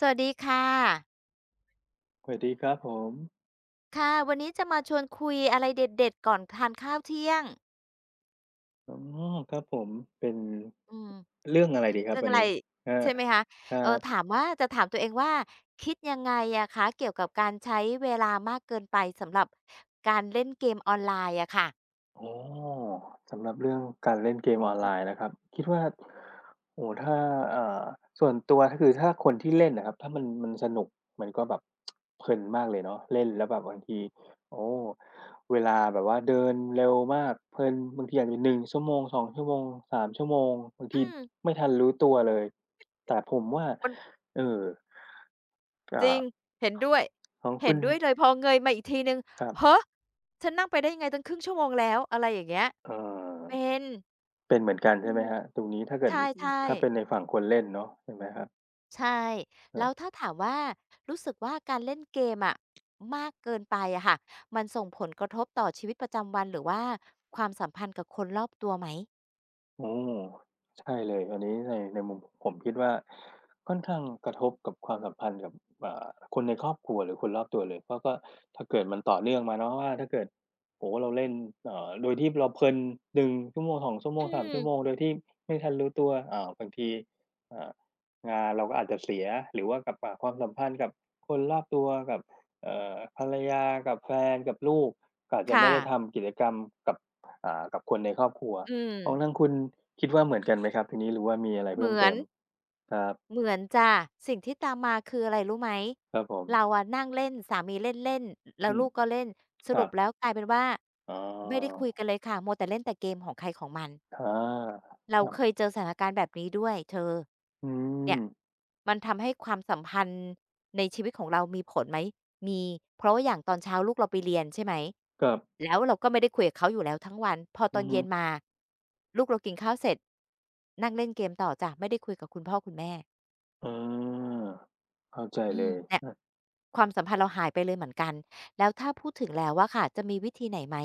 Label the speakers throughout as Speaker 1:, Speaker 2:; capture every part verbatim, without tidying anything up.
Speaker 1: สวัสดีค่ะ
Speaker 2: สวัสดีครับผม
Speaker 1: ค่ะวันนี้จะมาชวนคุยอะไรเด็ดๆก่อนทานข้าวเที่ยง
Speaker 2: อ๋อครับผม เป็น
Speaker 1: อืม
Speaker 2: เรื่องอะไร
Speaker 1: ร
Speaker 2: ดีครับ
Speaker 1: เรื่อง
Speaker 2: วัน
Speaker 1: อะไร
Speaker 2: นี้ครับ
Speaker 1: ใช่ไหมคะ
Speaker 2: ค
Speaker 1: เออ
Speaker 2: รับ
Speaker 1: ถามว่าจะถามตัวเองว่าคิดยังไงอะคะเกี่ยวกับการใช้เวลามากเกินไปสำหรับการเล่นเกมออนไลน์อะค่ะ
Speaker 2: โอ้สำหรับเรื่องการเล่นเกมออนไลน์นะครับคิดว่าโอ้โฮถ้าเอ่อส่วนตัวถ้าคือถ้าคนที่เล่นอะครับถ้ามันมันสนุกมันก็แบบเพลินมากเลยเนาะเล่นแล้วแบบบางทีโอ้เวลาแบบว่าเดินเร็วมากเพลินบางทีอาจจะหนึ่งชั่วโมงสองชั่วโมงสามชั่วโมงบางที
Speaker 1: อืม
Speaker 2: ไม่ทันรู้ตัวเลยแต่ผมว่า
Speaker 1: มัน
Speaker 2: เอ่อ
Speaker 1: จ
Speaker 2: อ่า
Speaker 1: ริงเห็นด้วย
Speaker 2: ของ
Speaker 1: เห็
Speaker 2: คุ
Speaker 1: น
Speaker 2: ณ
Speaker 1: ด้วยเลยพอเงยมาอีกทีหนึ่ง
Speaker 2: ครับ
Speaker 1: ฮะฉันนั่งไปได้ยังไงตั้งครึ่งชั่วโมงแล้วอะไรอย่างเงี้ย
Speaker 2: เอ่อ
Speaker 1: เป็น
Speaker 2: เป็นเหมือนกัน
Speaker 1: อื
Speaker 2: ใช่ไหม
Speaker 1: ม
Speaker 2: ครับตรงนี้ถ้าเกิ
Speaker 1: ใช
Speaker 2: ด
Speaker 1: ่
Speaker 2: ถ้าเป็นใน
Speaker 1: ๆ
Speaker 2: ฝั่งคนเล่นเนาะใช่ไหมครับ
Speaker 1: ใช่
Speaker 2: อา
Speaker 1: แล้วถ้าถามว่ารู้สึกว่าการเล่นเกมอะมากเกินไปอะค่ะมันส่งผลกระทบต่อชีวิตประจำวันหรือว่าความสัมพันธ์กับคนรอบตัวไหม
Speaker 2: อืมใช่เลยอันนี้ในในมุมผมคิดว่าค่อนข้างกระทบกับความสัมพันธ์กับอ่าคนในครอบครัวหรือคนรอบตัวเลยเพราะก็ถ้าเกิดมันต่อเนื่องมาเนาะว่าถ้าเกิดโอ้โฮเราเล่นเอ่อโดยที่เราเพลินหนึ่งชั่วโมงสองชั่วโม
Speaker 1: อื
Speaker 2: งสามชั่วโมง
Speaker 1: ม
Speaker 2: โดยที่ไม่ทันรู้ตัวอ่าบางทีอ่างานเราก็อาจจะเสียหรือว่ากับอ่าความสัมพันธ์กับคนรอบตัวกับเอ่อภรรยากับแฟนกับลูกก็อาจ
Speaker 1: ค
Speaker 2: จะไม่ได้
Speaker 1: ่ะ
Speaker 2: ทำกิจกรรมกับอ่ากับคนในครอบครัว
Speaker 1: อืม
Speaker 2: ของทางคุณคิดว่าเหมือนกันไหมครับทีนี้หรือว่ามีอะไร
Speaker 1: เห
Speaker 2: เพิ่
Speaker 1: มื
Speaker 2: ม
Speaker 1: อ
Speaker 2: เติ
Speaker 1: น
Speaker 2: มครับ
Speaker 1: เหมือนจ้ะสิ่งที่ตามมาคืออะไรรู้ไหม
Speaker 2: ครับผม
Speaker 1: เราอะนั่งเล่นสามีเล่นเล่นแล้ว
Speaker 2: อืม
Speaker 1: ลูกก็เล่นส
Speaker 2: ครั
Speaker 1: รุป
Speaker 2: บ
Speaker 1: แล้วกลายเป็นว่า
Speaker 2: อ๋อ
Speaker 1: ไม่ได้คุยกันเลยค่ะมัวแต่เล่นแต่เกมของใครของมัน
Speaker 2: อา
Speaker 1: เรา
Speaker 2: ครั
Speaker 1: เคย
Speaker 2: บ
Speaker 1: เจอสถานการณ์แบบนี้ด้วยเธอ
Speaker 2: อืม
Speaker 1: เนี่ยมันทำให้ความสัมพันธ์ในชีวิตของเรามีผลไหมมีเพราะว่าอย่างตอนเช้าลูกเราไปเรียนใช่ไหม
Speaker 2: ครับ
Speaker 1: แล้วเราก็ไม่ได้คุยกับเขาอยู่แล้วทั้งวันพอตอ
Speaker 2: อื
Speaker 1: น
Speaker 2: อฮึ
Speaker 1: เย็นมาลูกเรากินข้าวเสร็จนั่งเล่นเกมต่อจ้ะไม่ได้คุยกับคุณพ่อคุณแม่
Speaker 2: อาเข้าใจ
Speaker 1: อื
Speaker 2: เล
Speaker 1: ม
Speaker 2: ย
Speaker 1: เนี่ย
Speaker 2: อะ
Speaker 1: ความสัมพันธ์เราหายไปเลยเหมือนกันแล้วถ้าพูดถึงแล้วอะค่ะจะมีวิธีไหนไหม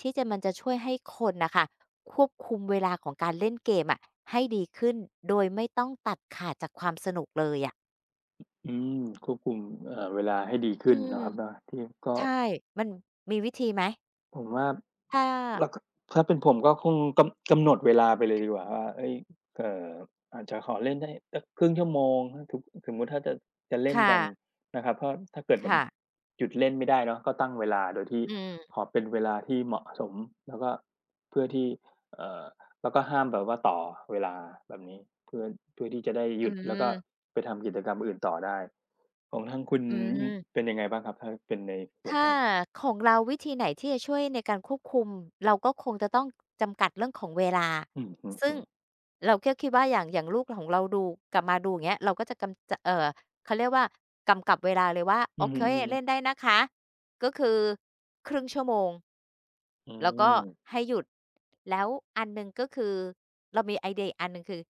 Speaker 1: ที่จะมันจะช่วยให้คนน่ะค่ะควบคุมเวลาของการเล่นเกมอะให้ดีขึ้นโดยไม่ต้องตัดขาดจากความสนุกเลยอะ
Speaker 2: อืมควบคุมเอ่อเวลาให้ดี
Speaker 1: อื
Speaker 2: ขึ้น
Speaker 1: ม
Speaker 2: เนาะครับเนาะที่ก็
Speaker 1: ใช่มันมีวิธีไหม
Speaker 2: ผมว่า
Speaker 1: ถ้า
Speaker 2: แล้วก็ถ้าเป็นผมก็คงกำกำหนดเวลาไปเลยดีกว่าว่าเฮ้ยเอ่ออาจจะขอเล่นได้สักครึ่งชั่วโมงถ้าถสมมุติถ้าจะจะเล่นกัน
Speaker 1: ค่ะ
Speaker 2: นะครับเพราะถ้าเกิดแบบ
Speaker 1: ค่ะ
Speaker 2: หยุดเล่นไม่ได้เนาะก็ตั้งเวลาโดยที่
Speaker 1: อืม
Speaker 2: ขอเป็นเวลาที่เหมาะสมแล้วก็เพื่อที่เอ่อแล้วก็ห้ามแบบว่าต่อเวลาแบบนี้เพื่อเพื่อที่จะได้ห
Speaker 1: อื
Speaker 2: ยุดแล้วก็
Speaker 1: ม
Speaker 2: ไปทำกิจกรรมอื่นต่อได้ของทางคุณ
Speaker 1: อืม
Speaker 2: เป็นยังไงบ้างครับถ้าเป็นในหัว
Speaker 1: ถ้า
Speaker 2: ข้อ
Speaker 1: ของเราวิธีไหนที่จะช่วยในการควบคุมเราก็คงจะต้องจำกัดเรื่องของเวลา
Speaker 2: อือ
Speaker 1: ซึ่
Speaker 2: ฮึ
Speaker 1: งเราก็คิดว่าอย่างอย่างลูกของเราดูกลับมาดูอย่างเงี้ยเราก็จะกำจะเออเขาเรียกว่ากำกับเวลาเลยว่า
Speaker 2: ๆ
Speaker 1: โอ
Speaker 2: อือ
Speaker 1: เค
Speaker 2: ฮึ
Speaker 1: เล่น
Speaker 2: ๆ
Speaker 1: ได้นะคะก็คือครึ่งชั่วโมง
Speaker 2: อื
Speaker 1: แล้วก็
Speaker 2: ม
Speaker 1: ให้หยุดแล้วอันหนึ่งก็คือเรามีไอเดียอีกอันหนึ่งคือ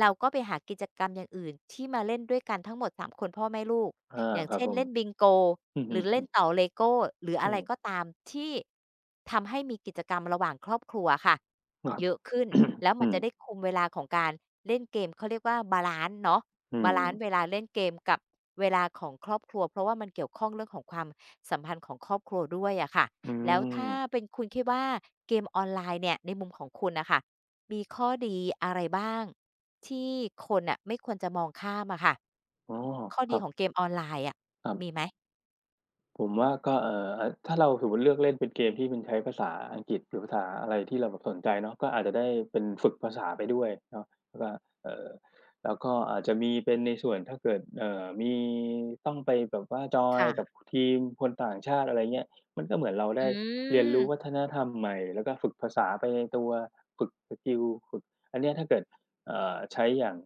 Speaker 1: เราก็ไปหากิจกรรมอย่างอื่นที่มาเล่นด้วยกันทั้งหมดสามคนพ่อแม่ลูก
Speaker 2: อา
Speaker 1: อย่าง
Speaker 2: ครับ
Speaker 1: เช่น
Speaker 2: ผม
Speaker 1: เล่นบิงโก
Speaker 2: อือ
Speaker 1: ห
Speaker 2: ฮึ
Speaker 1: รือเล่นเต่อ
Speaker 2: ๆ
Speaker 1: เลโก้หรือ
Speaker 2: อื
Speaker 1: อะไร
Speaker 2: ม
Speaker 1: ก็ตามที่ทำให้มีกิจกรรมระหว่างครอบครัวค่ะ
Speaker 2: ครับ
Speaker 1: เยอะขึ้นแล้วมั
Speaker 2: อื
Speaker 1: น
Speaker 2: ม
Speaker 1: จะได้คุมเวลาของการเล่นเกมเขาเรียกว่าบาลันซ์เนาะ
Speaker 2: อื
Speaker 1: บา
Speaker 2: ม
Speaker 1: ลันซ์เวลาเล่นเกมกับเวลาของครอบครัวเพราะว่ามันเกี่ยวข้องเรื่องของความสัมพันธ์ของครอบครัวด้วยอะค่ะ
Speaker 2: อื
Speaker 1: แล้วถ้า
Speaker 2: ม
Speaker 1: เป็นคุณคิดว่าเกมออนไลน์เนี่ยในมุมของคุณน่ะค่ะมีข้อดีอะไรบ้าง ที่คนน่ะไม่ควรจะมองข้ามอะค่ะ
Speaker 2: อ๋อ
Speaker 1: ข้อ
Speaker 2: ค
Speaker 1: ดี
Speaker 2: รับ
Speaker 1: ของเกมออนไลน์อะ
Speaker 2: ครับ
Speaker 1: มีไหม
Speaker 2: ผมว่าก็เอ่อถ้าเราสมมุติเลือกเล่นเป็นเกมที่มันใช้ภาษาอังกฤษหรือภาษาอะไรที่เราแบบสนใจเนาะก็อาจจะได้เป็นฝึกภาษาไปด้วยเนาะแล้วก็เอ่อแล้วก็อาจจะมีเป็นในส่วนถ้าเกิดเอ่อมีต้องไปแบบว่าจอยกับ
Speaker 1: ค่ะ
Speaker 2: ทีมคนต่างชาติอะไรเงี้ยมันก็เหมือนเรา
Speaker 1: อื
Speaker 2: ได้เรียนรู้วั
Speaker 1: ม
Speaker 2: ฒนธรรมใหม่แล้วก็ฝึกภาษาไปในตัวฝึกสกิลฝึกอันเนี้ยถ้าเกิดเอ่อใช้อย่าง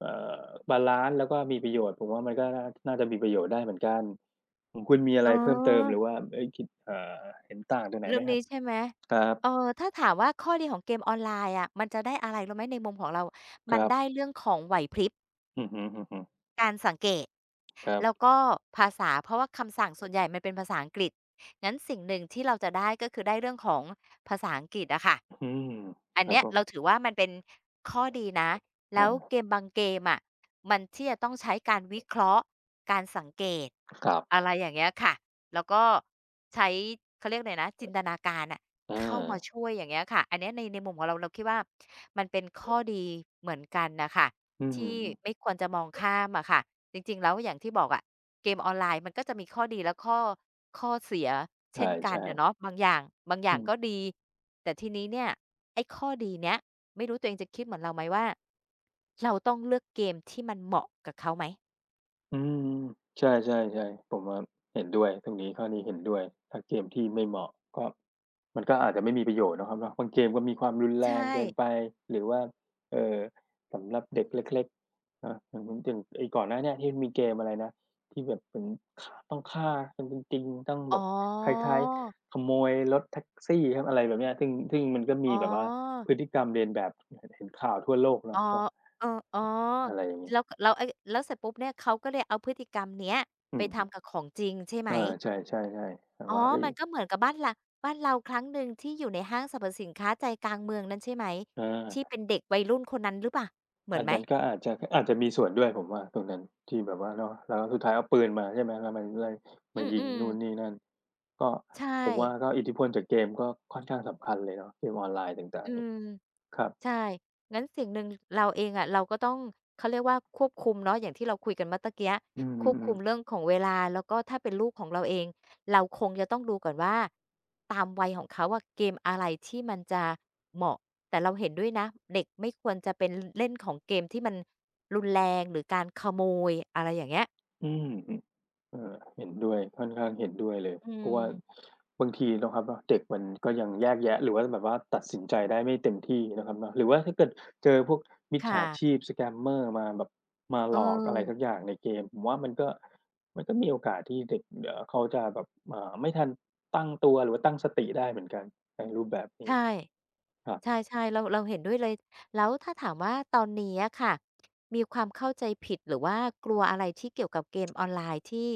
Speaker 2: เอ่อบาลันซ์แล้วก็มีประโยชน์ผมว่ามันก็น่าน่าจะมีประโยชน์ได้เหมือนกัน ของคุณมีอะ
Speaker 1: เออ
Speaker 2: ไรเพิ่มเติมหรือว่าเอ๊ยคิดเอ่อเห็นต่างตรงไหน
Speaker 1: เรื่
Speaker 2: ไห
Speaker 1: อ
Speaker 2: ม
Speaker 1: ง
Speaker 2: ครั
Speaker 1: นี้
Speaker 2: บ
Speaker 1: ใช่ไหม
Speaker 2: ครับ
Speaker 1: เออถ้าถามว่าข้อดีของเกมออนไลน์อะมันจะได้อะไรรู้ไหมในมุมของเรา
Speaker 2: ค
Speaker 1: มัน
Speaker 2: รับ
Speaker 1: ได้เรื่องของไหวพริบ
Speaker 2: อือฮึ
Speaker 1: การสังเกต
Speaker 2: ๆครับ
Speaker 1: แล้วก็ภาษาเพราะว่าคำสั่งส่วนใหญ่มันเป็นภาษาอังกฤษงั้นสิ่งหนึ่งที่เราจะได้ก็คือได้เรื่องของภาษาอังกฤษอะค่ะ
Speaker 2: อืม
Speaker 1: อัน
Speaker 2: ครับ
Speaker 1: เนี้ย
Speaker 2: ผ
Speaker 1: เรา
Speaker 2: ม
Speaker 1: ถือว่ามันเป็นข้อดีนะแล้วเก
Speaker 2: อา
Speaker 1: มบางเกมอะมันที่จะต้องใช้การวิเคราะห์การสังเกต
Speaker 2: ครั
Speaker 1: อะ
Speaker 2: บ
Speaker 1: ไรอย่างเงี้ยค่ะแล้วก็ใช้เขาเรียกอะไรนะจินตนาการน่ะ
Speaker 2: อ
Speaker 1: เข้ามา
Speaker 2: า
Speaker 1: ช่วยอย่างเงี้ยค่ะอันเนี้ยในในมุมของเราเราคิดว่ามันเป็นข้อดีเหมือนกันน่ะค่ะ
Speaker 2: อื
Speaker 1: ที่ไม่
Speaker 2: ม
Speaker 1: ควรจะมองข้ามอะค่ะจริงๆแล้วอย่างที่บอกอะเกมออนไลน์มันก็จะมีข้อดีและข้อข้อเสีย
Speaker 2: ใ
Speaker 1: เช่นกัน
Speaker 2: ช่
Speaker 1: อะเนาะ
Speaker 2: ๆ
Speaker 1: บางอย่างบางอย่า
Speaker 2: อื
Speaker 1: ง
Speaker 2: ม
Speaker 1: ก็ดีแต่ทีนี้เนี่ยไอ้ข้อดีเนี้ยไม่รู้ตัวเองจะคิดเหมือนเราไหมว่าเราต้องเลือกเกมที่มันเหมาะกับเขาไหม
Speaker 2: อืมใช่ๆๆผมว่าเห็นด้วยตรงนี้ข้อนี้เห็นด้วยถ้าเกมที่ไม่เหมาะก็มันก็อาจจะไม่มีประโยชน์เนาะครับเนาะบางเกมก็มีความรุนแร
Speaker 1: ใช
Speaker 2: ง
Speaker 1: ่
Speaker 2: เกินไปหรือว่าเอ่อสำหรับเด็กเล็กๆเนาะอย่าง้นอย่างไอ้ก่อนหน้าเนี้ยที่มันมีเกมอะไรนะที่แบบเหมือนฆต้องฆ่ากันจริงๆต้อง
Speaker 1: อ๋อ
Speaker 2: แบบคล้ายๆขโมยรถแท็กซี่ครับอะไรแบบเนี้ยซึ่งซึ่งมันก็
Speaker 1: อ๋
Speaker 2: มี
Speaker 1: อ
Speaker 2: แบบว่าพฤติกรรมเลียนแบบเห็นเห็นข่าวทั่วโลก
Speaker 1: อ๋อ
Speaker 2: เนาะว่า
Speaker 1: เอออ๋อ
Speaker 2: อะไรอย่างงี้
Speaker 1: แล้วแล้วไอ้แล้วเสร็จปุ๊บเนี่ยเขาก็เลยเอาพฤติกรรมเนี้ย
Speaker 2: อื
Speaker 1: ไปทำกั
Speaker 2: ม
Speaker 1: บของจริงใช่ไหม
Speaker 2: เออใช่ๆๆแบบ
Speaker 1: อ๋อ
Speaker 2: ว่าเฮ้ย
Speaker 1: มันก็เหมือนกับบ้านเราบ้านเราครั้งหนึ่งที่อยู่ในห้างสรรพสินค้าใจกลางเมืองนั้นใช่ไหม
Speaker 2: อ
Speaker 1: ที่เป็
Speaker 2: า
Speaker 1: นเด็กวัยรุ่นคนนั้นหรือเปล่า เหมือน
Speaker 2: อัน
Speaker 1: ไหม
Speaker 2: นั้นก็อาจจะอาจจะมีส่วนด้วยผมว่าตรงนั้นที่แบบว่าเนาะแล้วสุดท้ายเอาปืนมาใช่ไหมแล้วมันไล่มายิง
Speaker 1: อืม
Speaker 2: นู่น
Speaker 1: ๆ
Speaker 2: นี่นั่นก็
Speaker 1: ใช่
Speaker 2: ผมว่าก็อิทธิพลจากเกมก็ค่อนข้างสำคัญเลยเนาะเกมออนไลน์ต่า
Speaker 1: อื
Speaker 2: งๆนี่
Speaker 1: ม
Speaker 2: ครับ
Speaker 1: ใช่งั้นสิ่งหนึ่งเราเองอะเราก็ต้องเขาเรียกว่าควบคุมเนาะอย่างที่เราคุยกันเมื่อตะเกีย
Speaker 2: อื
Speaker 1: ควบคุ
Speaker 2: ม
Speaker 1: ม
Speaker 2: ๆ
Speaker 1: เรื่อ
Speaker 2: ๆ
Speaker 1: งของเวลาแล้วก็ถ้าเป็นลูกของเราเองเราคงจะต้องดูก่อนว่าตามวัยของเขาอะเกมอะไรที่มันจะเหมาะแต่เราเห็นด้วยนะเด็กไม่ควรจะเป็นเล่นของเกมที่มันรุนแรงหรือการขโมยอะไรอย่างเงี้ย
Speaker 2: อืม เออเห็นด้วยค่อนข้างเห็นด้วยเลย
Speaker 1: อื
Speaker 2: เพราะ
Speaker 1: ม
Speaker 2: ว่าบางทีเนาะครับเนาะเด็กมันก็ยังแยกแยะหรือว่าแบบว่าตัดสินใจได้ไม่เต็มที่นะครับเนาะหรือว่าถ้าเกิดเจอพวกมิจ
Speaker 1: ค
Speaker 2: ฉาชี
Speaker 1: ่ะ
Speaker 2: พ scammer มาแบบมา
Speaker 1: เอ
Speaker 2: หลอกอะไรสักอ
Speaker 1: อ
Speaker 2: ย่างในเกมผมว่ามันก็มันก็มีโอกาสที่เด็กเอ่อเขาจะแบบอ่าไม่ทันตั้งตัวหรือว่าตั้งสติได้เหมือนกันในรูปแบบนี้
Speaker 1: ใช่
Speaker 2: ครับ
Speaker 1: ใช่ๆเราเราเห็นด้วยเลยแล้วถ้าถามว่าตอนนี้อะค่ะมีความเข้าใจผิดหรือว่ากลัวอะไรที่เกี่ยวกับเกมออนไลน์ที่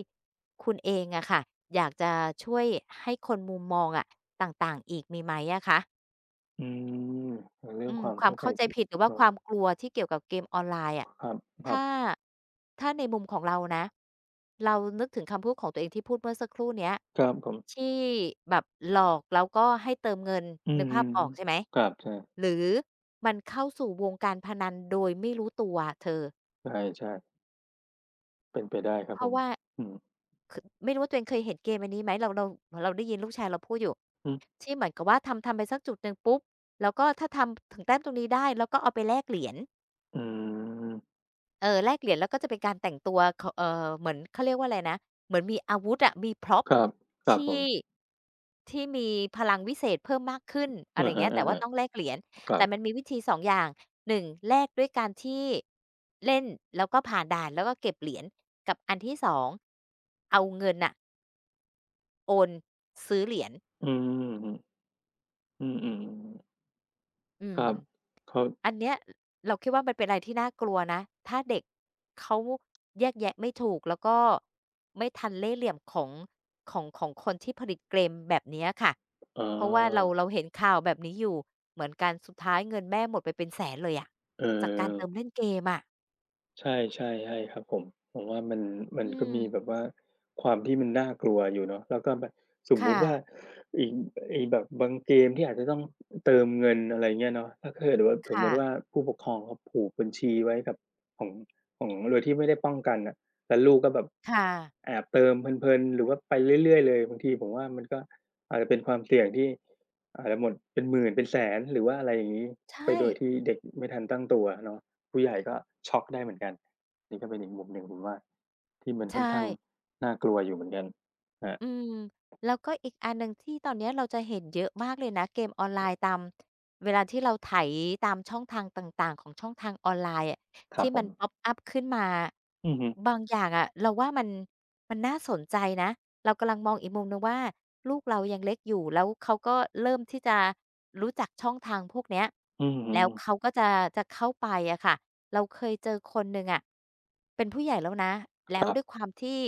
Speaker 1: คุณเองอะค่ะอยากจะช่วยให้คนมุมมองอะต่างๆอีกมีไหมอะคะ
Speaker 2: อืมเรื่
Speaker 1: อื
Speaker 2: อง
Speaker 1: ม
Speaker 2: ความ
Speaker 1: ความ
Speaker 2: เข้าใจ
Speaker 1: เข้าใจ
Speaker 2: ผิด
Speaker 1: ผิดหรือว่าค
Speaker 2: เนาะ
Speaker 1: วามกลัวที่เกี่ยวกับเกมออนไลน์อะ
Speaker 2: ครับ
Speaker 1: ถ้า
Speaker 2: ๆ
Speaker 1: ถ้าในมุมของเรานะเรานึกถึงคำพูดของตัวเองที่พูดเมื่อสักครู่เนี้ย
Speaker 2: ครับผม
Speaker 1: ที่แบบหลอกแล้วก็ให้เติมเงิน
Speaker 2: อื
Speaker 1: นึก
Speaker 2: ม
Speaker 1: ภาพออกใช่ไหม
Speaker 2: ครับใช่
Speaker 1: หรือมันเข้าสู่วงการพนันโดยไม่รู้ตัวอะเธอ
Speaker 2: ใช่ๆ เป็นไปได้ครั
Speaker 1: เพ
Speaker 2: บผ
Speaker 1: ราะ
Speaker 2: ม
Speaker 1: ว่า
Speaker 2: อืม
Speaker 1: คไม่รู้ว่าตัวเองเคยเห็นเกมอันนี้ไหมเราเราเราได้ยินลูกชายเราพูดอยู่
Speaker 2: อือ
Speaker 1: ที่เหมือนกับว่าทำทำไปสักจุดหนึ่งปุ๊บแล้วก็ถ้าทำถึงแต้มตรงนี้ได้แล้วก็เอาไปแลกเหรียญ
Speaker 2: อืม
Speaker 1: เออแลกเหรียญแล้วก็จะเป็นการแต่งตัวขเอ่อเหมือนเขาเรียกว่าอะไรนะเหมือนมีอาวุธอะมี prop
Speaker 2: ครับ ครับผ
Speaker 1: ที่
Speaker 2: ม
Speaker 1: ที่มีพลังวิเศษเพิ่มมากขึ้นอะไร
Speaker 2: อะ
Speaker 1: อย่างเงี้ยแต่ว่า
Speaker 2: ฮะ
Speaker 1: ต้องแลกเหรียญ
Speaker 2: ๆครั
Speaker 1: แต่
Speaker 2: บ
Speaker 1: มันมีวิธีสองอย่างหนึ่งแลกด้วยการที่เล่นแล้วก็ผ่านด่านแล้วก็เก็บเหรียญกับอันที่สองเอาเงินน่ะโอนซื้อเหรียญ
Speaker 2: อืมอืออือๆ
Speaker 1: อื
Speaker 2: ค
Speaker 1: ม
Speaker 2: รับ เขา
Speaker 1: อันเนี้ยเราคิดว่ามันเป็นอะไรที่น่ากลัวนะถ้าเด็กเขาแยกแยะไม่ถูกแล้วก็ไม่ทันเล่ห์เหลี่ยมของของของคนที่ผลิตเกมแบบเนี้ยค่ะ
Speaker 2: อ๋
Speaker 1: เพราะว่าเรา
Speaker 2: อ
Speaker 1: เราเห็นข่าวแบบนี้อยู่เหมือนกันสุดท้ายเงินแม่หมดไปเป็นแสนเลยอะ
Speaker 2: เออ
Speaker 1: จากการเติมเล่นเกมอะ
Speaker 2: ใช่ใช่ใช่ครับผมผมว่ามันมัน
Speaker 1: อื
Speaker 2: ก็
Speaker 1: ม
Speaker 2: มีแบบว่าความที่มันน่ากลัวอยู่เนาะแล้วก็แบบสมมุ
Speaker 1: ค่ะ
Speaker 2: ติว่าไอไอ้แบบบางเกมที่อาจจะต้องเติมเงินอะไรเงี้ยเนาะถ้าเกิดว่าสมมุ
Speaker 1: ค่ะ
Speaker 2: ติว่าผู้ปกครองเขาผูกบัญชีไว้กับของของโดยที่ไม่ได้ป้องกันน่ะแล้วลูกก็แบบ
Speaker 1: ค่ะ
Speaker 2: แอบเติมเพลินๆหรือว่าไปเรื่อยๆเลยบางทีผมว่ามันก็อาจจะเป็นความเสี่ยงที่อาจจะหมดเป็นหมื่นเป็นแสนหรือว่าอะไรอย่างงี้
Speaker 1: ใช
Speaker 2: ไป
Speaker 1: ่
Speaker 2: โดยที่เด็กไม่ทันตั้งตัวเนาะ ผู้ใหญ่ก็ช็อกได้เหมือนกันนี่ก็เป็นอีกมุมหนึ่งผมว่าที่มัน
Speaker 1: ใช
Speaker 2: ค่อนข้าง
Speaker 1: ่
Speaker 2: น่ากลัวอยู่เหมือนกันครับ
Speaker 1: อืมแล้วก็อีกอันหนึ่งที่ตอนเนี้ยเราจะเห็นเยอะมากเลยนะเกมออนไลน์ตามเวลาที่เราไถตามช่องทางต่างๆของช่องทางออนไลน์อะ
Speaker 2: ครับ
Speaker 1: ที่
Speaker 2: ผ
Speaker 1: มันพ็อป
Speaker 2: ม
Speaker 1: อัปขึ้นมา
Speaker 2: อือฮึ
Speaker 1: บางอย่างอะเราว่ามันมันน่าสนใจนะเรากำลังมองอีกมุมหนึ่งว่าลูกเรายังเล็กอยู่แล้วเขาก็เริ่มที่จะรู้จักช่องทางพวกเนี้ย
Speaker 2: อือฮึ
Speaker 1: แล้วเขาก็จะจะเข้าไปอะค่ะเราเคยเจอคนหนึ่งอะเป็นผู้ใหญ่แล้วนะแล้
Speaker 2: ค
Speaker 1: ว
Speaker 2: รั
Speaker 1: ด้วยค
Speaker 2: บ
Speaker 1: วามที่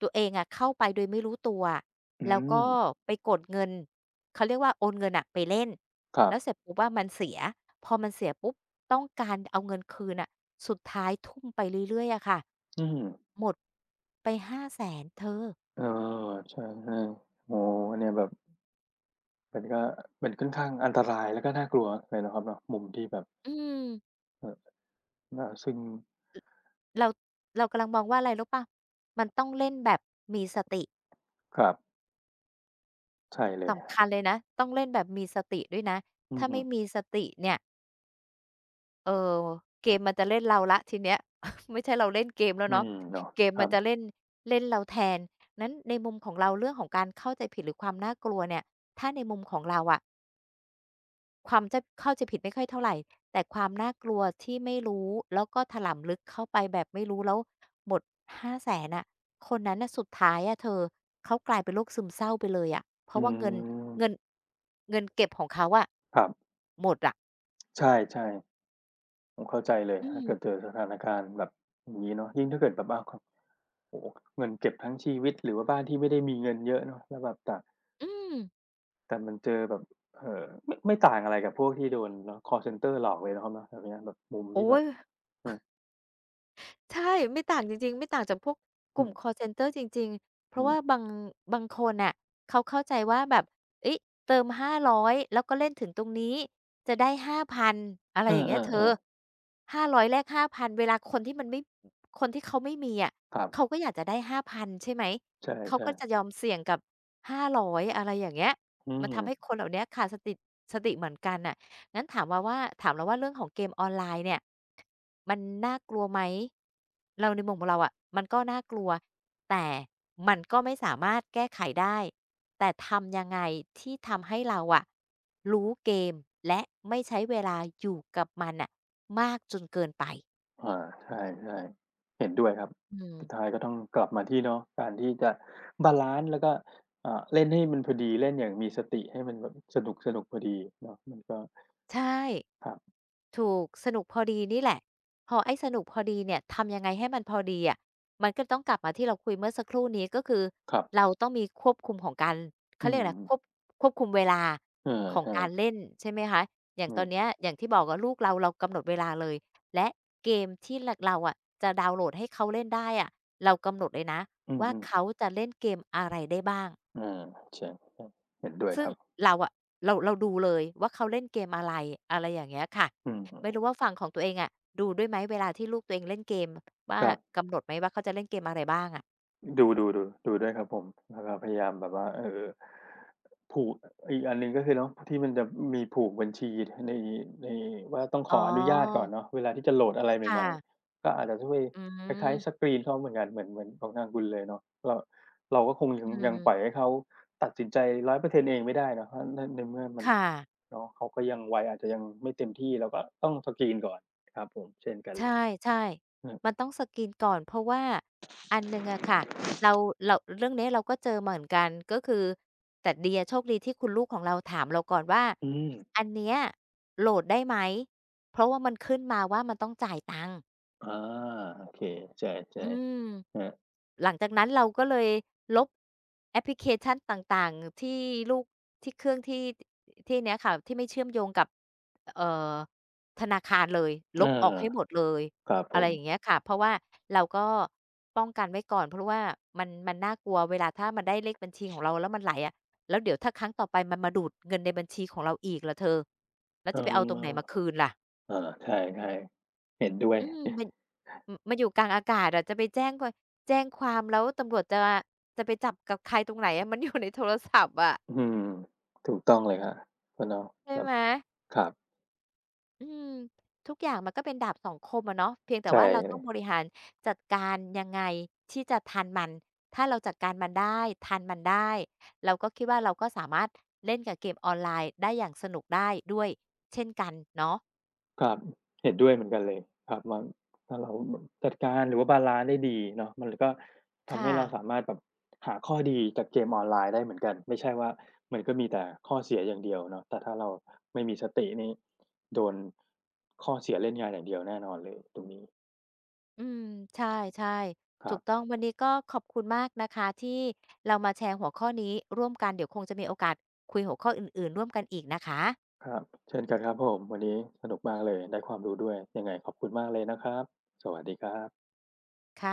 Speaker 1: ตัวเองอะเข้าไปโดยไม่รู้ตัวอะ
Speaker 2: อื
Speaker 1: แล้ว
Speaker 2: ม
Speaker 1: ก็ไปกดเงินเขาเรียกว่าโอนเงินน่ะไปเล่น
Speaker 2: ครั
Speaker 1: แล้
Speaker 2: บ
Speaker 1: วเสร็จปุ๊บว่ามันเสีย พอมันเสียปุ๊บต้องการเอาเงินคืนน่ะสุดท้ายทุ่มไปเรื่อยๆอะค่ะ
Speaker 2: อืม
Speaker 1: หมดไป5้าแสนเธอ
Speaker 2: เออใช่ๆโอ้โฮเนี่ยแบบมันก็มันค่อนข้างอันตรายแล้วก็น่ากลัวเลยเนะครับเนาะมุมที่แบบ
Speaker 1: อืม
Speaker 2: เอ่อน่าซึ่ง
Speaker 1: เราเรากำลังมองว่าอะไรรู้เปล่ามันต้องเล่นแบบมีสติ
Speaker 2: ครับใช่เลย
Speaker 1: สำคัญเลยนะต้องเล่นแบบมีสติด้วยนะ
Speaker 2: อือ
Speaker 1: ถ้า
Speaker 2: ฮึ
Speaker 1: ไม่มีสติเนี่ยเอ่อเกมมันจะเล่นเราแล้วทีเนี้ย ไม่ใช่เราเล่นเกมแล้ว
Speaker 2: อื
Speaker 1: เนาะ
Speaker 2: มเนาะ
Speaker 1: เกม
Speaker 2: ค
Speaker 1: มั
Speaker 2: รั
Speaker 1: น
Speaker 2: บ
Speaker 1: จะเล่นเล่นเราแทนนั้นในมุมของเราเรื่องของการเข้าใจผิดหรือความน่ากลัวเนี่ยถ้าในมุมของเราอะ ความจะเข้าใจผิดไม่ค่อยเท่าไรแต่ความน่ากลัวที่ไม่รู้แล้วก็ถลำลึกเข้าไปแบบไม่รู้แล้วหมดห้าแสนอะคนนั้นน่ะสุดท้ายอะเธอเขากลายเป็นโรคซึมเศร้าไปเลยอะเพราะ
Speaker 2: อื
Speaker 1: ว่าเงินเงิน
Speaker 2: ม
Speaker 1: เงินเก็บของเขาอะ
Speaker 2: ครับ
Speaker 1: หมดอะ
Speaker 2: ใช่ๆ ผมเข้าใจเลย
Speaker 1: อื
Speaker 2: ถ้า
Speaker 1: ม
Speaker 2: เกิดเจอสถานการณ์แบบอย่างนี้เนาะยิ่งถ้าเกิดแบบว่าคโอ้โฮเงินเก็บทั้งชีวิตหรือว่าบ้านที่ไม่ได้มีเงินเยอะเนาะแล้วแบบแต่
Speaker 1: อืม
Speaker 2: แต่มันเจอแบบเอ่อไม่ไม่ต่างอะไรกับพวกที่โดนเนาะคอลเซนเตอร์หลอกเลยนะครับเนาะแบบเนี้ยแบบมุมที่
Speaker 1: โอ๊
Speaker 2: แบ
Speaker 1: ย
Speaker 2: บเออ
Speaker 1: ใช่ไม่ต่างจริงๆไม่ต่างจากพวกก
Speaker 2: อื
Speaker 1: ลุ่ม
Speaker 2: ม
Speaker 1: คอลเซนเตอร์จริงๆเพ
Speaker 2: อื
Speaker 1: ราะว่า
Speaker 2: ม
Speaker 1: บางบางคนน่ะเขาเข้าใจว่าแบบเฮ้ยเติมห้าร้อยแล้วก็เล่นถึงตรงนี้จะได้ห้าพันอะไร
Speaker 2: เออ
Speaker 1: อย่างเงี้ยเธอ
Speaker 2: ๆๆ
Speaker 1: ห้าร้อยแลกห้าพันเวลาคนที่มันไม่คนที่เขาไม่มีอะ
Speaker 2: ครั
Speaker 1: เขา
Speaker 2: บ
Speaker 1: ก็อยากจะได้ห้าพันใช่ไหม
Speaker 2: ใช
Speaker 1: เขา
Speaker 2: ่
Speaker 1: ก็จะ
Speaker 2: ๆ
Speaker 1: ยอมเสี่ยงกับห้าร้อยอยอะไรอย่างเงี้ย
Speaker 2: อื
Speaker 1: มันทำให้
Speaker 2: ม
Speaker 1: คนเหล่าเนี้ยขาดสติสติเหมือนกันน่ะ งั้นถามว่าว่าถามเราว่าเรื่องของเกมออนไลน์เนี่ยมันน่ากลัวไหมเราในมุมของเราอะมันก็น่ากลัวแต่มันก็ไม่สามารถแก้ไขได้แต่ทำยังไงที่ทำให้เราอะรู้เกมและไม่ใช้เวลาอยู่กับมันน่ะมากจนเกินไป
Speaker 2: อาใช่ๆเห็นด้วยครับ
Speaker 1: อืม
Speaker 2: สุดท้ายก็ต้องกลับมาที่เนาะการที่จะบาลันซ์แล้วก็อ่าเล่นให้มันพอดีเล่นอย่างมีสติให้มันแบบสนุกๆพอดีเนาะมันก็
Speaker 1: ใช่
Speaker 2: ครับ
Speaker 1: ถูกสนุกพอดีนี่แหละพอไอ้สนุกพอดีเนี่ยทำยังไงให้มันพอดีอะมันก็ต้องกลับมาที่เราคุยเมื่อสักครู่นี้ก็คือ
Speaker 2: ครั
Speaker 1: เรา
Speaker 2: บ
Speaker 1: ต้องมีควบคุมของการ
Speaker 2: อื
Speaker 1: เขาเรียกอะไรควบ
Speaker 2: ม
Speaker 1: ควบคุมเวลา
Speaker 2: เออ
Speaker 1: ของ
Speaker 2: ใช่
Speaker 1: การเล่นใช่ไหมคะอย่าง
Speaker 2: อื
Speaker 1: ตอนเนี้ย
Speaker 2: ม
Speaker 1: อย่างที่บอกอะลูกเราเรากำหนดเวลาเลยและเกมที่รเราอะจะดาวน์โหลดให้เขาเล่นได้อะเรากำหนดเลยนะ
Speaker 2: อือ
Speaker 1: ว่า
Speaker 2: ฮึ
Speaker 1: เขาจะเล่นเกมอะไรได้บ้าง
Speaker 2: อาใช่ๆเห็นด้วย
Speaker 1: ซึ่
Speaker 2: ค
Speaker 1: ง
Speaker 2: รับ
Speaker 1: เราอะเราเราดูเลยว่าเขาเล่นเกมอะไรอะไรอย่างเงี้ยค่ะ
Speaker 2: อื
Speaker 1: ไม่
Speaker 2: ม
Speaker 1: รู้ว่าฝั่งของตัวเองอะดูด้วยไหมเวลาที่ลูกตัวเองเล่นเกมว่า
Speaker 2: ครับ
Speaker 1: กำหนดไหมว่าเขาจะเล่นเกมอะไรบ้างอะ
Speaker 2: ดูดูดูดูด้วยครับผมแล้วก็พยายามแบบว่าเออผูกอีกอันหนึ่งก็คือเนาะที่มันจะมีผูกบัญชีในในว่าต้องข
Speaker 1: อ๋
Speaker 2: ออนุญาตก่อ
Speaker 1: อ
Speaker 2: นเนาะเวลาที่จะโหลดอะไรให
Speaker 1: ค่ะ
Speaker 2: ม่ๆก็อาจจะช่วย
Speaker 1: อื
Speaker 2: คล้า
Speaker 1: ม
Speaker 2: ยๆสกรีนเขาเหมือนกันเหมือนเหมือนของทางคุณเลยเนาะเราเราก็คงยั
Speaker 1: อื
Speaker 2: งยังปล่อย
Speaker 1: ม
Speaker 2: ให้เขาตัดสินใจร้อยเปอร์เซ็นต์เองไม่ได้เนาะเพราะในในเมื่อมัน
Speaker 1: ค่ะ
Speaker 2: เนาะเขาก็ยังวัยอาจจะยังไม่เต็มที่เราก็ต้องสกรีนก่อนครับผมเช่นกัน
Speaker 1: ใ
Speaker 2: เลย
Speaker 1: ช่
Speaker 2: อืม
Speaker 1: ๆมันต้องสกรีนก่อนเพราะว่าอันหนึ่งอะค่ะเราเราเรื่องเนี้ยเราก็เจอมาเหมือนกันก็คือแต่ดีอะโชคดีที่คุณลูกของเราถามเราก่อนว่า
Speaker 2: อืม
Speaker 1: อันเนี้ยโหลดได้ไหมเพราะว่ามันขึ้นมาว่ามันต้องจ่ายตังค์
Speaker 2: อาโอเคใช่
Speaker 1: อื
Speaker 2: ๆ
Speaker 1: ม
Speaker 2: ครั
Speaker 1: หลังจากนั้นเราก็เลยลบแอปพลิเคชันต่างๆที่ลูกที่เครื่องที่ที่เนี้ยค่ะที่ไม่เชื่อมโยงกับเอ่อธนาคารเลยล
Speaker 2: อ
Speaker 1: บออกให้หม
Speaker 2: า
Speaker 1: ดเลย
Speaker 2: ครับผ
Speaker 1: อะไร
Speaker 2: ม
Speaker 1: อย่างเงี้ยค่ะเพราะว่าเราก็ป้องกันไว้ก่อนเพราะว่ามันมันน่ากลัวเวลาถ้ามันได้เลขบัญชีของเราแล้วมันไหลอะแล้วเดี๋ยวถ้าครั้งต่อไปมันมาดูดเงินในบัญชีของเราอีกล่ะเธอแล้ว
Speaker 2: เอื
Speaker 1: จะไปเอาต
Speaker 2: ม
Speaker 1: รงไหนมาคืนล่ะ
Speaker 2: อาใช่ๆเห็นด้วย
Speaker 1: อืมมันอมันอยู่กลางอากาศอะจะไปแจ้งควแจ้งความแล้วตำรวจจะจะไปจับกับใครตรงไหนอะ มันอยู่ในโทรศัพท์อะ
Speaker 2: อืมถูกต้องเลยครับอะเนาะ
Speaker 1: ใช่
Speaker 2: แบบ
Speaker 1: ไหม
Speaker 2: ครับ
Speaker 1: อืมทุกอย่างมันก็เป็นดาบสองคมอะเนาะเพียงแต่
Speaker 2: ใช่
Speaker 1: ว่าเรา
Speaker 2: เล
Speaker 1: ต้อง
Speaker 2: ย
Speaker 1: บริหารจัดการยังไงที่จะทันมันถ้าเราจัดการมันได้ทันมันได้เราก็คิดว่าเราก็สามารถเล่นกับเกมออนไลน์ได้อย่างสนุกได้ด้วยเช่นกันเนาะ
Speaker 2: ครับเห็นด้วยเหมือนกันเลยครับว่าถ้าเราแบบจัดการหรือว่าบาลันซ์ได้ดีเนาะมันก็ทำให้
Speaker 1: ค่ะ
Speaker 2: เราสามารถแบบหาข้อดีจากเกมออนไลน์ได้เหมือนกันไม่ใช่ว่ามันก็มีแต่ข้อเสียอย่างเดียวเนาะแต่ถ้าเราไม่มีสตินี่โดนข้อเสียเล่นงานอย่างเดียวแน่นอนเลยตรงนี้
Speaker 1: อืมใช่
Speaker 2: ค
Speaker 1: ๆถู
Speaker 2: รั
Speaker 1: กต้
Speaker 2: บ
Speaker 1: องวันนี้ก็ขอบคุณมากนะคะที่เรามาแชร์หัวข้อนี้ร่วมกันเดี๋ยวคงจะมีโอกาสคุยหัวข้ออื่นๆร่วมกันอีกนะคะ
Speaker 2: ครับเช่นกันครับผมวันนี้สนุกมากเลยได้ความรู้ด้วยยังไงขอบคุณมากเลยนะครับสวัสดีครับ
Speaker 1: ค่ะ